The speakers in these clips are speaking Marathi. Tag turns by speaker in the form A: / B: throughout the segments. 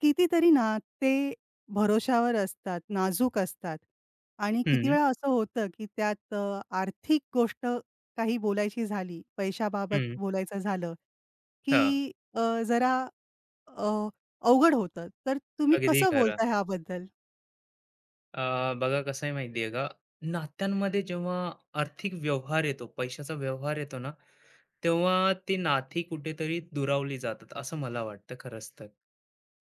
A: कितीतरी ना, ते भरोशावर असतात, नाजूक असतात आणि किती
B: हं,
A: वेळा असं होतं, की त्यात आर्थिक गोष्ट काही बोलायची झाली, पैशाबाबत
B: हं.
A: बोलायचं झालं, की
B: हां,
A: जरा अ, अवघड होतं. तर तुम्ही
B: अगदी
A: कसं
B: खरं.
A: बोलता ह्याबद्दल?
B: अ, बघा कसं आहे माहिती आहे का, नात्यांमध्ये जेव्हा आर्थिक व्यवहार येतो, पैशाचा व्यवहार येतो ना, तेव्हा ती नाती कुठेतरी दुरावली जातात, असं मला वाटतं खरंच तर.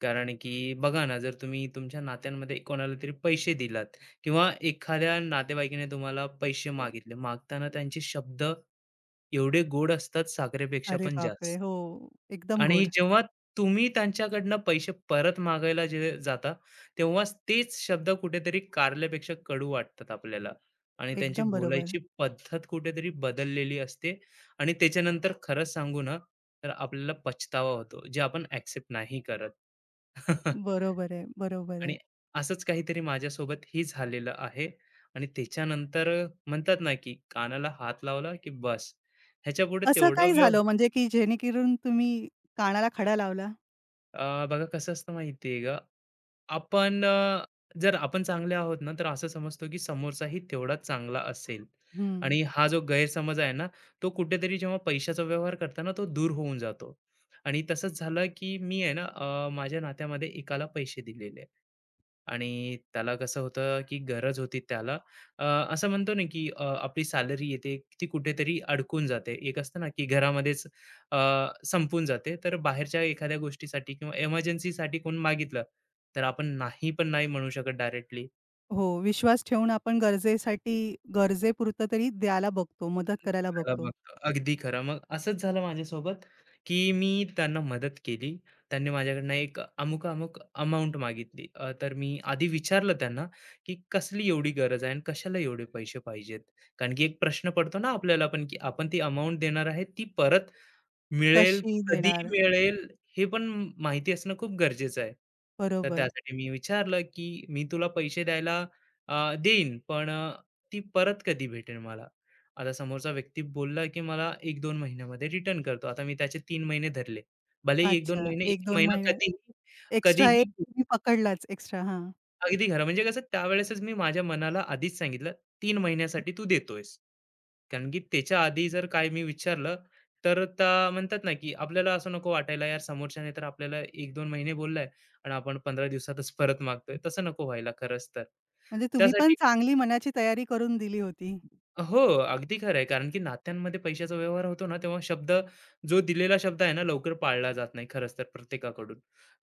B: कारण की बघा ना, जर तुम्ही तुमच्या नात्यांमध्ये कोणाला तरी पैसे दिलात किंवा एखाद्या नातेवाईकाने तुम्हाला पैसे मागितले, मागताना त्यांचे शब्द एवढे गोड असतात साखरेपेक्षा
A: अरे
B: पण
A: बापरे!
B: जास्त.
A: हो, एकदम
B: आणि
A: गोड.
B: जेव्हा तुम्ही त्यांच्याकडनं पैसे परत मागायला जे जाता, तेव्हाच तेच शब्द कुठेतरी कारल्यापेक्षा कडू वाटतात आपल्याला आणि त्यांची
A: एकदम बरोबर.
B: बोलायची पद्धत कुठेतरी बदललेली असते. आणि त्याच्यानंतर खरंच सांगू ना, तर आपल्याला पछतावा होतो, जे आपण ॲक्सेप्ट नाही करत.
A: बरोबर आहे, बरोबर
B: आणि
A: आहे.
B: असंच काहीतरी माझ्यासोबत ही झालेलं आहे आणि त्याच्यानंतर म्हणतात ना, की कानाला हात लावला, की बस. ह्याच्यापुढे
A: असं
B: तेवढा
A: काय
B: व्यव
A: झालं म्हणजे, की जेणेकरून तुम्ही कानाला खडा लावला?
B: अ, बघा कसं असतं माहिती. आपण अ, जर आपण चांगले आहोत ना, तर असं समजतो की समोरचाही तेवढाच चांगला असेल.
A: हं.
B: आणि हा जो गैरसमज आहे ना, तो कुठेतरी जेव्हा पैशाचा व्यवहार करताना तो दूर होऊन जातो. आणि तसंच झालं की मी आहे ना, माझ्या नात्यामध्ये एकाला पैसे दिलेले आणि त्याला कसं होतं की गरज होती त्याला. अ, असं म्हणतो ना की आपली सॅलरी येते, ती कुठेतरी अडकून जाते. एक असतं ना की घरामध्येच अ, संपून जाते. तर बाहेरच्या एखाद्या गोष्टीसाठी किंवा इमर्जन्सीसाठी कोण मागितलं तर आपण नाही पण नाही म्हणू शकत डायरेक्टली.
A: हो, विश्वास ठेवून आपण गरजेसाठी गरजेपुरतं तरी द्यायला बघतो, मदत करायला
B: करायला
A: बघतो.
B: बघतो. अगदी खरं. मग असंच झालं माझ्यासोबत, की मी त्यांना मदत केली. त्यांनी माझ्याकडनं एक अमुक-अमुक अमाउंट मागितली. तर मी आधी विचारलं त्यांना, की कसली एवढी गरज आहे आणि कशाला एवढे पैसे पाहिजेत? कारण की एक प्रश्न पडतो ना आपल्याला पण, की आपण ती अमाउंट देणार आहे, ती परत मिळेल,
A: कशी
B: कधी
A: देणार?
B: मिळेल, हे पण माहिती असणं खूप गरजेचं आहे. तर
A: बरोबर.
B: त्यासाठी मी विचारलं, की "मी तुला पैसे अ, देईन, पण ती परत कधी भेटेल मला?" आता समोरचा व्यक्ती बोलला, की "मला 1-2 महिन्यामध्ये रिटर्न करतो." आता मी त्याचे तीन महिने धरले. भलेही 1-2
A: अच्छा,
B: महिने,
A: एक
B: 1
A: दोन
B: महिना
A: महिन्या
B: कधीही.
A: एक्स्ट्रा एक
B: कधीही
A: तुम्ही पकडलाच एक्स्ट्रा हां.
B: अगदी खरं. म्हणजे कसं त्यावेळेसच मी माझ्या मनाला आधीच सांगितलं, "3 महिन्यासाठी तू देतोयस." कारण की त्याच्या आधी जर काय मी विचारलं, तर त्या म्हणतात ना, की आपल्याला असं नको वाटायला, यार समोरच्याने तर आपल्याला एक दोन महिने बोललाय आणि आपण 15 दिवसातच परत मागतोय. तसं नको व्हायला खरंच तर.
A: म्हणजे तुम्ही पण
B: त्यासाठी
A: चांगली मनाची तयारी करून दिली होती.
B: हो, अगदी खरं आहे. कारण की नात्यांमध्ये पैशाचा व्यवहार होतो ना, तेव्हा शब्द, जो दिलेला शब्द आहे ना, लवकर पाळला जात नाही खरंच तर प्रत्येकाकडून.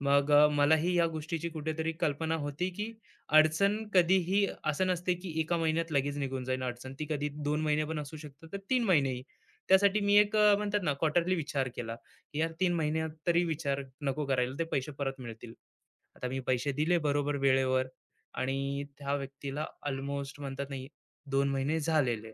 B: मग मलाही या गोष्टीची कुठेतरी कल्पना होती, की अडचण कधीही असं नसते, की एका महिन्यात लगेच निघून जाईल अडचण. ती कधी 2 महिने पण असू शकतात, तर 3 महिनेही. त्यासाठी मी म्हणतात ना, क्वार्टरली विचार केला, की यार 3 महिन्यात तरी विचार नको करायला, ते पैसे परत मिळतील. आता मी पैसे दिले बरोबर वेळेवर आणि त्या व्यक्तीला अल्मोस्ट म्हणतात ना 2 महिने झालेले.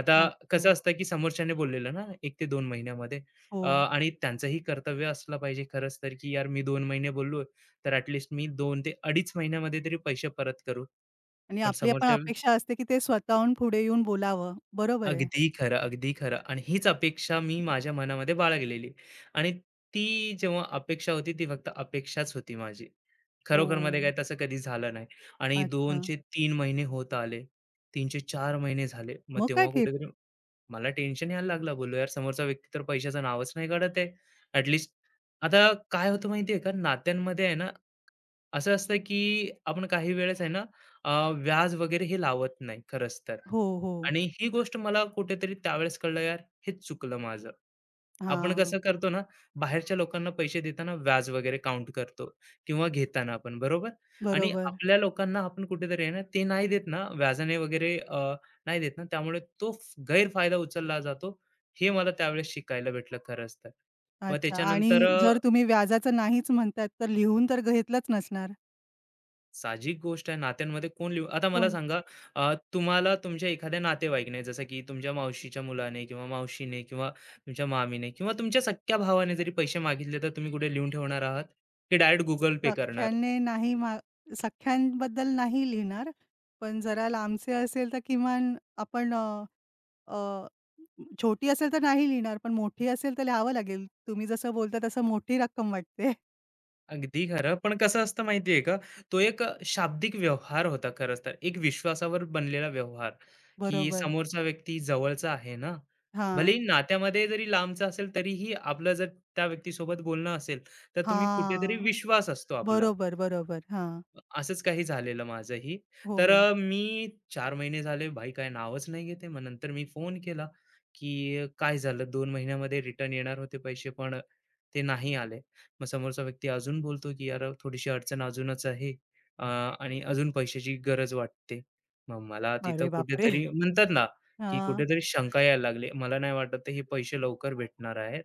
B: आता कसं
A: अच्छा.
B: असतं, की समोरच्याने बोललेलं ना एक ते 2 महिन्यामध्ये.
A: हो.
B: आणि त्यांचंही कर्तव्य असलं पाहिजे खरंच तर, की यार मी 2 महिने बोललोय, तर ॲट मी 2 ते 2.5 महिन्यामध्ये तरी पैसे परत करू.
A: आणि
B: पण
A: आपली पण
B: समोरच्या
A: अपेक्षा असते, की ते स्वतःहून पुढे येऊन बोलावं. बरोबर आहे.
B: अगदी खरं, अगदी खरं. आणि हीच अपेक्षा मी माझ्या मनामध्ये बाळगलेली आणि ती जेव्हा अपेक्षा होती, ती फक्त अपेक्षाच होती माझी. खरोखरमध्ये
A: ओह!
B: काय तसं कधी झालं नाही आणि 2
A: अच्छा.
B: चे महिने होत आले, 3 चे महिने झाले. मग
A: मग काय
B: तेव्हा
A: केलं?
B: कुठेतरी मला टेन्शन यायला लागलं. बोललो, "यार, समोरचा व्यक्ती तर पैशाचं नावच नाही काढत आहे." ॲट लीस्ट आता काय होतं माहिती का, नात्यांमध्ये आहे ना, असं असतं की आपण काही वेळेस आहे ना, अ, व्याज वगैरे हे लावत नाही खरंच तर.
A: हो, हो.
B: आणि ही गोष्ट मला कुठेतरी त्यावेळेस कळलं, यार हेच चुकलं माझं. आपण
A: हां,
B: कसं करतो ना, बाहेरच्या लोकांना पैसे देताना व्याज वगैरे काउंट करतो किंवा घेताना आपण, बरोबर? आणि
A: बरोबर.
B: आपल्या लोकांना आपण कुठेतरी आहे ना, ते नाही देत ना व्याजाने वगैरे, नाही देत ना, त्यामुळे तो गैरफायदा उचलला जातो. हे मला त्यावेळेस शिकायला भेटलं खरंच तर. मग
A: अच्छा आणि
B: त्याच्यानंतर
A: जर तुम्ही व्याजाचं नाहीच म्हणताय, तर लिहून तर घेतलंच नसणार?
B: साहजिक गोष्ट आहे. नात्यांमध्ये कोण लिहू आता मला
A: कोण?
B: सांगा, तुम्हाला तुमच्या एखाद्या नातेवाईकने, जसं की तुमच्या मावशीच्या मुलाने किंवा मावशीने किंवा तुमच्या मामीने किंवा तुमच्या सख्ख्या भावाने जरी पैसे मागितले, तर तुम्ही कुठे लिहून ठेवणार आहात, की डायरेक्ट Google पे करणार?
A: सख्याने नाही मा सख्यांबद्दल नाही लिहिणार. पण जरा लांबचे असेल तर किमान आपण अ, अ, छोटी असेल तर नाही लिहिणार, पण मोठी असेल तर लिहावं लागेल. तुम्ही जसं बोलता तसं मोठी रक्कम वाटते.
B: अगदी खरं. पण कसं असतं माहिती का, तो एक शाब्दिक व्यवहार होता खरंच तर. एक विश्वासावर बनलेला व्यवहार, की
A: बरोबर.
B: समोरचा व्यक्ती जवळचा आहे ना.
A: हां.
B: भलेही नात्यामध्ये जरी लांबचा असेल, तरीही आपलं जर त्या व्यक्तीसोबत बोलणं असेल, तर तुम्ही कुठेतरी
A: हां.
B: विश्वास असतो आपला.
A: बरोबर, बरोबर. हां.
B: असंच काही झालेलं माझंही.
A: हो,
B: तर
A: हो.
B: मी चार महिने झाले भाई काय नावच नाही घेत आहे. मग नंतर मी फोन केला, की "काय झालं 2 महिन्यामध्ये रिटर्न येणार होते पैसे पण ते नाही आले." मग समोरचा व्यक्ती अजून बोलतो, की "यार थोडीशी अडचण अजूनच आहे, आणि अजून पैशाची गरज वाटते." मग मला तिथं
A: अरे बापरे!
B: कुठेतरी म्हणतात ना, की
A: हां,
B: कुठेतरी शंका यायला लागली. मला नाही वाटत हे पैसे लवकर भेटणार आहेत.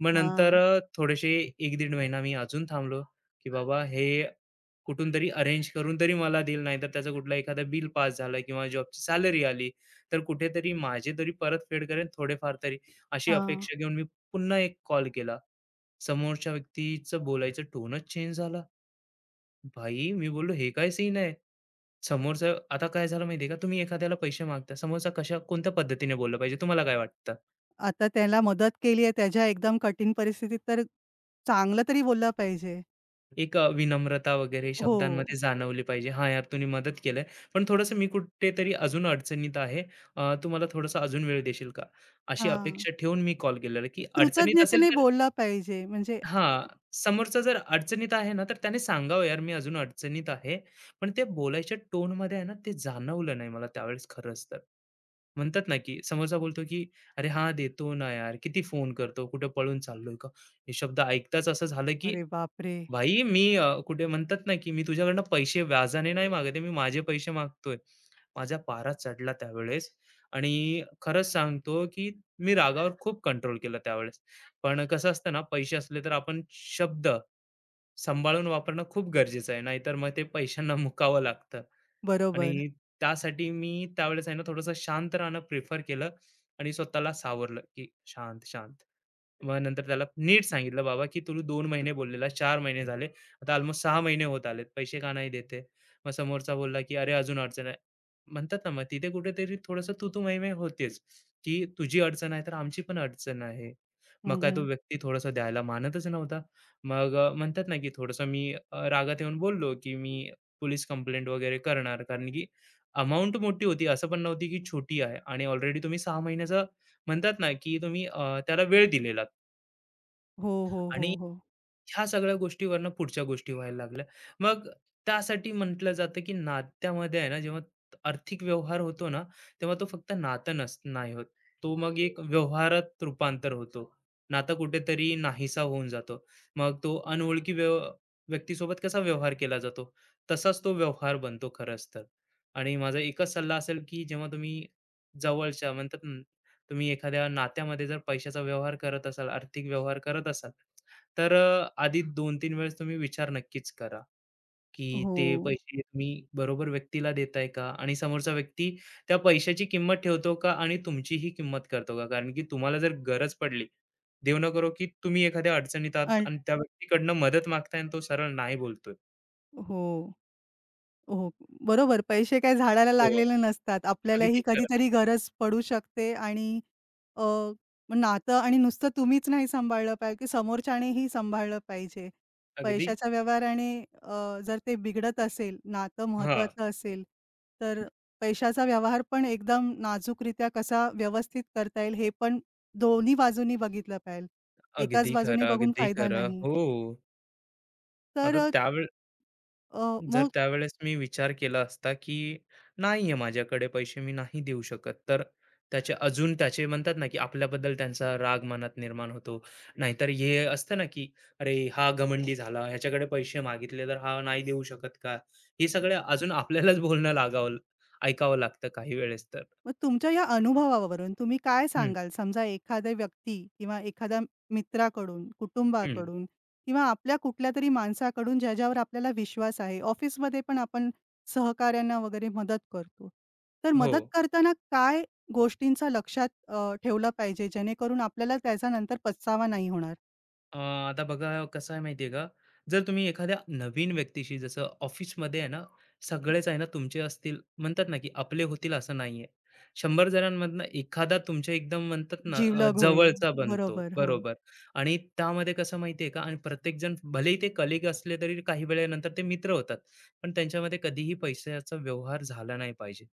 B: मग नंतर
A: हां,
B: थोडेसे 1-1.5 महिना मी अजून थांबलो, की बाबा हे कुठून तरी अरेंज करून तरी मला देईल, नाहीतर त्याचं कुठला एखादा बिल पास झालं किंवा जॉबची सॅलरी आली, तर कुठेतरी माझी तरी परतफेड करेल थोडेफार तरी. अशी
A: हां.
B: अपेक्षा घेऊन मी पुन्हा एक कॉल केला. समोरच्या व्यक्तीचं बोलायचं टोनच चेंज झाला. भाई मी बोललो, "हे काय सीन आहे?" समोरचा आता काय झालं माहिती का, तुम्ही एखाद्याला पैसे मागता, समोरचा कशा कोणत्या पद्धतीने बोललं पाहिजे, तुम्हाला काय वाटतं?
A: आता त्याला मदत केली आहे त्याच्या एकदम कठीण परिस्थितीत तर चांगलं तरी बोललं पाहिजे.
B: एक विनम्रता वगैरे
A: हो.
B: शब्दांमध्ये जाणवली पाहिजे. "हां यार, तुम्ही मदत केलंय, पण थोडंसं मी कुठेतरी अजून अडचणीत आहे. तू मला थोडासा अजून वेळ देशील का?" अशी
A: हां.
B: अपेक्षा ठेवून मी कॉल केलेला, की अडचणीत असेल
A: कृतज्ञतेने
B: तर.
A: बोलला पाहिजे म्हणजे
B: हां, समोरचा जर अडचणीत आहे ना, तर त्याने सांगावं, "यार, मी अजून अडचणीत आहे." पण ते बोलायच्या टोनमध्ये आहे ना, ते जाणवलं नाही मला त्यावेळेस खरंच तर. म्हणतात ना, की समोरचा बोलतो, की "अरे हां, देतो ना यार, किती फोन करतो, कुठे पळून चाललोय का?" हे शब्द ऐकताच असं झालं, की
A: अरे बापरे!
B: भाई मी, कुठे म्हणतात ना, की मी तुझ्याकडनं पैसे व्याजाने नाही मागत आहे, मी माझे पैसे मागतोय. माझा पारा चढला त्यावेळेस आणि खरंच सांगतो, की मी रागावर खूप कंट्रोल केला त्यावेळेस. पण कसं असतं ना, पैसे असले तर आपण शब्द सांभाळून वापरणं खूप गरजेचं आहे. नाहीतर मग ते पैशांना मुकावं लागतं.
A: बरोबर.
B: आणि त्यासाठी मी त्यावेळेस आहे ना थोडंसं शांत राहणं प्रिफर केलं आणि स्वतःला सावरलं की शांत शांत. मग नंतर त्याला नीट सांगितलं, "बाबा की तू दोन महिने बोललेला, चार महिने झाले. आता ऑलमोस्ट 6 महिने होत आलेत. पैसे का नाही देते?" मग समोरचा बोलला की "अरे अजून अडचण आहे." म्हणतात ना, मग तिथे कुठेतरी थोडंसं तू-तू मैं होतेच, की "तुझी अडचण आहे तर आमची पण अडचण आहे." मग
A: हं,
B: काय तो
A: हं.
B: व्यक्ती थोडासा द्यायला मानतच नव्हता. मग म्हणतात ना की थोडंसं मी रागात येऊन बोललो की "मी पोलीस कंप्लेंट वगैरे करणार कारण की अमाउंट मोठी होती असं पण नव्हती की छोटी आहे आणि ऑलरेडी तुम्ही 6 महिन्याचा म्हणतात ना, की तुम्ही त्याला वेळ दिलेलात."
A: हो, हो, हो,
B: आणि
A: हो.
B: ह्या सगळ्या गोष्टीवरनं पुढच्या गोष्टी व्हायला लागल्या. मग त्यासाठी म्हटलं जातं, की नात्यामध्ये आहे ना, जेव्हा आर्थिक व्यवहार होतो ना, तेव्हा तो फक्त नातं नस नाही होत. तो मग एक व्यवहारात रूपांतर होतो. नातं कुठेतरी नाहीसा होऊन जातो. मग तो अनोळखी व्यव व्यक्तीसोबत कसा व्यवहार केला जातो, तसाच तो व्यवहार बनतो खरंच तर. आणि माझा एकच सल्ला असेल, की जेव्हा तुम्ही जवळच्या म्हणतात ना, तुम्ही एखाद्या नात्यामध्ये जर पैशाचा व्यवहार करत असाल, आर्थिक व्यवहार करत असाल तर आधी 2-3 वेळेस तुम्ही विचार नक्कीच करा, की
A: हो.
B: ते पैसे तुम्ही बरोबर व्यक्तीला देताय का? आणि समोरचा व्यक्ती त्या पैशाची किंमत ठेवतो का? आणि तुमचीही किंमत करतो का? कारण की तुम्हाला जर गरज पडली, देव न करो की तुम्ही एखाद्या अडचणीत आहात
A: अल्ट
B: आणि त्या व्यक्तीकडनं मदत मागताय आणि तो सरळ नाही बोलतोय.
A: हो. हो, बरोबर. पैसे काही झाडाला
B: हो,
A: लागलेले नसतात.
B: अगदी
A: आपल्यालाही
B: खरं.
A: कधीतरी गरज पडू शकते आणि अ, मग नातं आणि नुसतं तुम्हीच नाही सांभाळलं पाहिजे, की समोरच्यानेही सांभाळलं पाहिजे.
B: अगदी
A: पैशाच्या व्यवहाराने जर ते बिघडत असेल, नातं
B: हां,
A: महत्त्वाचं असेल, तर पैशाचा व्यवहार पण एकदम नाजूकरित्या कसा व्यवस्थित करता येईल, हे पण दोन्ही बाजूंनी बघितलं पाहिजे. एकाच
B: अगदी
A: बाजूनी
B: खरं,
A: बघून
B: अगदी
A: फायदा
B: खरं.
A: नाही.
B: हो. आता
A: तर
B: त्यावेळेस,
A: अ,
B: जर
A: मग
B: त्यावेळेस मी विचार केला असता की नाहीये माझ्याकडे पैसे मी नाही देऊ शकत तर त्याचे अजून त्याचे म्हणतात ना की आपल्याबद्दल त्यांचा राग मनात निर्माण होतो, नाहीतर हे असतं ना की अरे हा घमंडी झाला ह्याच्याकडे पैसे मागितले तर हा नाही देऊ शकत का, हे सगळे अजून आपल्यालाच बोलणं लागावं, ऐकावं लागतं काही वेळेस तर.
A: मग तुमच्या या अनुभवावरून तुम्ही काय
B: हम्म.
A: सांगाल? समजा एखाद्या व्यक्ती किंवा एखाद्या मित्राकडून,
B: हम्म.
A: कुटुंबाकडून किंवा आपल्या कुठल्यातरी माणसाकडून ज्याच्यावर आपल्याला विश्वास आहे. ऑफिसमध्ये पण आपण सहकाऱ्यांना वगैरे मदत करतो. तर
B: हो.
A: मदत करताना काय गोष्टींचा लक्षात ठेवलं पाहिजे जेणेकरून आपल्याला त्याचा नंतर पस्तावा नाही होणार.
B: आता बघा कसं आहे माहिती आहे का, जर तुम्ही एखाद्या नवीन व्यक्तीशी जसं ऑफिसमध्ये आहे ना, सगळेच आहे ना तुमचे असतील म्हणतात ना, की आपले होतील असं नाहीये. 100 जणांमधनं एखादा तुमच्या एकदम म्हणतात ना
A: जीवलग होईल.
B: जवळचा बनतो.
A: बरोबर. हो.
B: बरोबर. आणि त्यामध्ये कसं माहिती आहे का, आणि प्रत्येकजण भलेही ते कलीग असले तरी काही वेळेनंतर ते मित्र होतात. पण त्यांच्यामध्ये कधीही पैशाचा व्यवहार झाला नाही पाहिजे.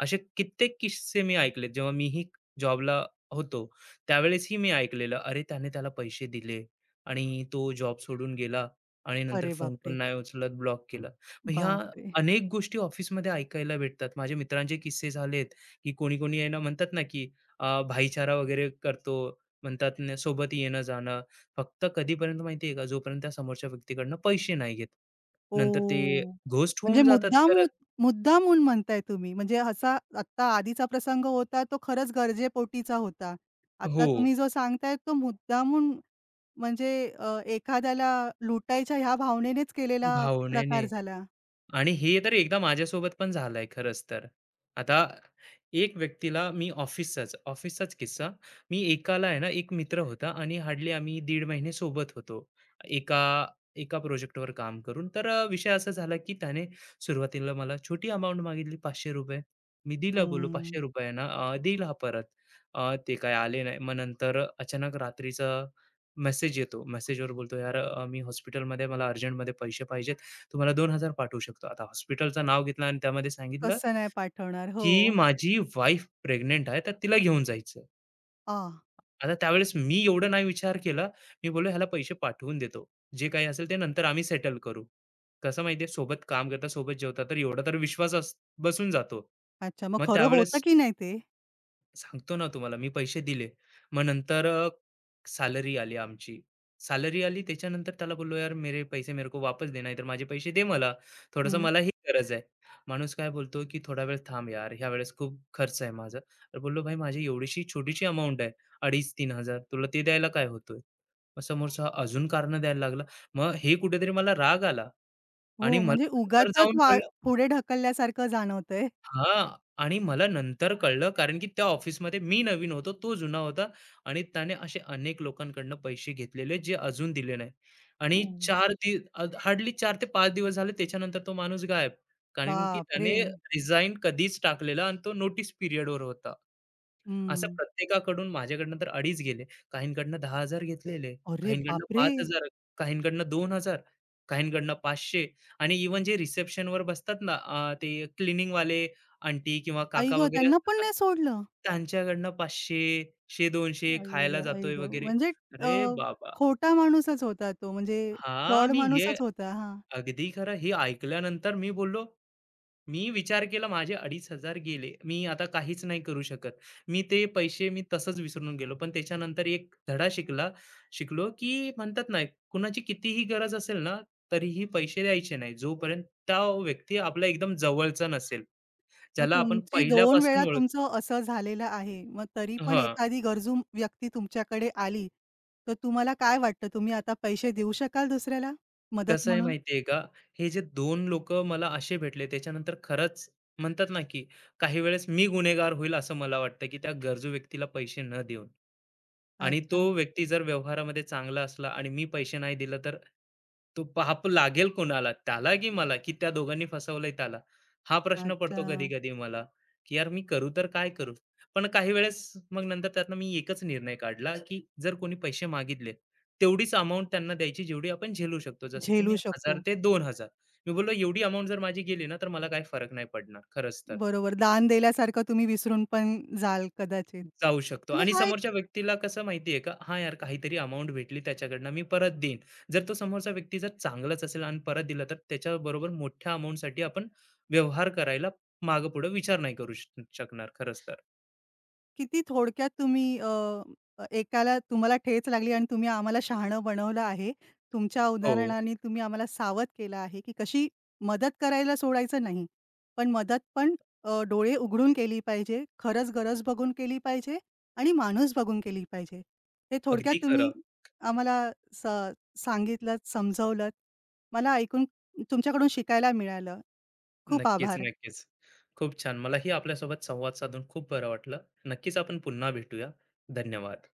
B: असे कित्येक किस्से मी ऐकलेत. जेव्हा मीही जॉबला होतो, त्यावेळेसही मी ऐकलेलं, अरे त्याने त्याला पैसे दिले. आणि तो जॉब सोडून गेला आणि नंतर
A: अरे
B: फोन पण
A: बापरे!
B: नाही उचलत, ब्लॉक केला मग ह्या
A: बापरे!
B: अनेक गोष्टी ऑफिसमध्ये ऐकायला भेटतात. माझ्या मित्रांचे किस्से झालेत, की कोणी-कोणी आहे ना म्हणतात ना, की भाईचारा वगैरे करतो म्हणतात ना, सोबत येणं-जाणं. फक्त कधीपर्यंत माहिती का? जोपर्यंत त्या समोरच्या व्यक्तीकडनं पैसे नाही घेत. नंतर ते
A: ओह!
B: घोस्ट
A: म्हणजे
B: होऊन जातात
A: मुद्दाम
B: खरंच.
A: मुद्दामून म्हणताय तुम्ही. म्हणजे असा आत्ता आधीचा प्रसंग होता तो खरंच गरजेपोटीचा होता. आता
B: हो,
A: तुम्ही जो सांगताय तो मुद्दामून म्हणजे एखाद्याला लुटायच्या ह्या भावनेनेच केलेला प्रकार
B: भावनेने.
A: झाला.
B: आणि हे तर एकदा माझ्यासोबत पण झालंय खरंच तर. आता एक व्यक्तीला मी ऑफिसचाच ऑफिसचाच किस्सा, मी एकाला आहे ना, एक मित्र होता आणि हार्डली आम्ही दीड महिने सोबत होतो. एका एका प्रोजेक्टवर काम करून. तर विषय असा झाला, की त्याने सुरुवातीला मला छोटी अमाउंट मागितली ₹500. मी दिलं बोललो
A: हं.
B: ₹500 आहे ना, देईल हा परत. ते काय आले नाही. मग नंतर अचानक रात्रीचा मेसेज येतो. मेसेजवर बोलतो, "यार, मी हॉस्पिटलमध्ये मला अर्जंटमध्ये पैसे पाहिजेत. तुम्हाला 2,000 पाठवू शकतो." आता हॉस्पिटलचं नाव घेतलं आणि त्यामध्ये सांगितलं,
A: कसं नाही पाठवणार? हो.
B: की "माझी वाईफ प्रेग्नंट आहे, तर तिला घेऊन जायचं."
A: आ,
B: आता त्यावेळेस मी एवढं नाही विचार केला. मी बोललो, "ह्याला पैसे पाठवून देतो. जे काही असेल ते नंतर आम्ही सेटल करू." कसं माहिती सोबत काम करता, सोबत जेवता, तर एवढा तर विश्वास अस बसून जातो.
A: अच्छा. मग
B: मग
A: खरं होतं
B: त्यावेळेस
A: की नाही ते?
B: सांगतो ना तुम्हाला मी पैसे दिले. मग नंतर सॅलरी आली आमची. सॅलरी आली त्याच्यानंतर त्याला बोललो, "यार मेरे पैसे मेरे को वापस दे, नाहीतर माझे पैसे दे मला. थोडंसं
A: हं.
B: मला ही गरज आहे." माणूस काय बोलतो, की "थोडा वेळ थांब यार, ह्या वेळेस खूप खर्च आहे माझा." तर बोललो, "भाई माझी एवढीशी छोटीशी अमाउंट आहे, 2500-3000 तुला ते द्यायला काय होतोय?" मग समोरचा अजून कारणं द्यायला लागला. मग हे कुठेतरी मला राग आला आणि
A: हो,
B: मला
A: म्हणजे
B: नंतर
A: उगाचच
B: जाऊन
A: वाळ
B: कळलं
A: पुढे ढकलल्यासारखं जाणवतंय.
B: हां. आणि मला नंतर कळलं कारण की त्या ऑफिसमध्ये मी नवीन होतो, तो जुना होता आणि त्याने असे अनेक लोकांकडनं पैसे घेतलेले जे अजून दिले नाही. आणि
A: ओह!
B: हार्डली 4 ते 5 दिवस झाले त्याच्यानंतर तो माणूस गायब. कारण की
A: बापरे!
B: त्याने रिझाइन कधीच टाकलेला आणि तो नोटीस पिरियडवर होता. असं
A: हं.
B: प्रत्येकाकडून माझ्याकडनं तर अडीच गेले. काहींकडनं 10,000 घेतलेले,
A: अरे
B: काहींकडनं
A: बापरे!
B: 5,000, काहींकडनं 2,000, काहींकडनं 500 आणि इव्हन जे रिसेप्शनवर बसतात ना, ते क्लीनिंगवाले आंटी किंवा
A: आई
B: काका
A: गं!
B: वगैरे
A: त्यांना
B: असतात
A: पण
B: ना,
A: नाही सोडलं?
B: त्यांच्याकडनं 500, 100-200
A: आई
B: खायला
A: गं! आई
B: जातोय
A: गं!
B: वगैरे.
A: म्हणजे अ,
B: अरे बाबा!
A: खोटा माणूसच होता तो, म्हणजे फ्रॉड
B: हां, मी हे
A: माणूसच होता. हां.
B: अगदी खरं. हे ऐकल्यानंतर मी बोललो, मी विचार केला माझे 2,500 गेले. मी आता काहीच नाही करू शकत. मी ते पैसे मी तसंच विसरून गेलो. पण त्याच्यानंतर एक धडा शिकलो, की म्हणतात ना, कुणाची कितीही गरज असेल ना, तरीही पैसे द्यायचे नाही. जोपर्यंत त्या व्यक्ती आपल्या एकदम जवळचा नसेल,
A: मग
B: ज्याला आपण
A: तुमची दोन
B: पहिल्यापासून
A: वेळा
B: ओळख
A: तुमचं असं झालेलं आहे. मग तरी पण
B: हां.
A: एखादी गरजू व्यक्ती तुमच्याकडे आली, तर तुम्हाला काय वाटतं? तुम्ही आता पैसे देऊ शकाल दुसऱ्याला मदत
B: कसं आहे
A: म्हणून?
B: माहिती का? हे जे दोन लोकं मला असे भेटले, त्याच्यानंतर खरंच म्हणतात ना, की काही वेळेस मी गुन्हेगार होईल असं मला वाटतं, की त्या गरजू व्यक्तीला पैसे न देऊन. आणि तो
A: अच्छा,
B: व्यक्ती जर व्यवहारामध्ये चांगला असला आणि मी पैसे नाही दिलं तर तो पाप लागेल कोणाला? त्याला की मला? की त्या दोघांनी फसवलंय त्याला? हा प्रश्न
A: अच्छा.
B: पडतो कधी-कधी मला, की यार मी करू तर काय करू? पण काही वेळेस मग नंतर त्यातनं मी एकच निर्णय काढला, की जर कोणी पैसे मागितले, तेवढीच अमाउंट त्यांना द्यायची जेवढी आपण झेलू शकतो. जसं की मी
A: झेलू
B: 1000
A: शकतो.
B: ते 2000 मी बोललो एवढी अमाउंट जर माझी गेली ना, तर मला काही फरक नाही पडणार खरंच तर.
A: बरोबर. दान दिल्यासारखं तुम्ही विसरून पण जाल कदाचित.
B: जाऊ शकतो
A: म्हणजे
B: आणि
A: हा एक
B: समोरच्या व्यक्तीला कसं माहिती आहे का, "हां, यार काहीतरी अमाउंट भेटली त्याच्याकडनं मी परत देईन." जर तो समोरचा व्यक्ती जर चांगलाच असेल आणि परत दिला, तर त्याच्याबरोबर मोठ्या अमाउंटसाठी आपण व्यवहार करायला मागे-पुढे विचार नाही करू शकणार खरंच तर.
A: किती थोडक्यात तुम्ही अ, अ, एकाला तुम्हाला ठेच लागली आणि तुम्ही आम्हाला शहाणं बनवलं आहे. तुमच्या
B: हो,
A: उदाहरणाने तुम्ही आम्हाला सावध केलं आहे, की कशी मदत करायला सोडायचं नाही. पण मदत पण डोळे उघडून केली पाहिजे, खरंच गरज बघून केली पाहिजे आणि माणूस बघून केली पाहिजे. हे थोडक्यात
B: अगदी
A: तुम्ही
B: खरं.
A: आम्हाला स सांगितलंत, समजवलंत. मला ऐकून तुमच्याकडून शिकायला मिळालं. खूप
B: नक्कीच,
A: आभार.
B: नक्कीच. खूप छान. मलाही आपल्यासोबत संवाद साधून खूप बरं वाटलं. नक्कीच आपण पुन्हा भेटूया. धन्यवाद.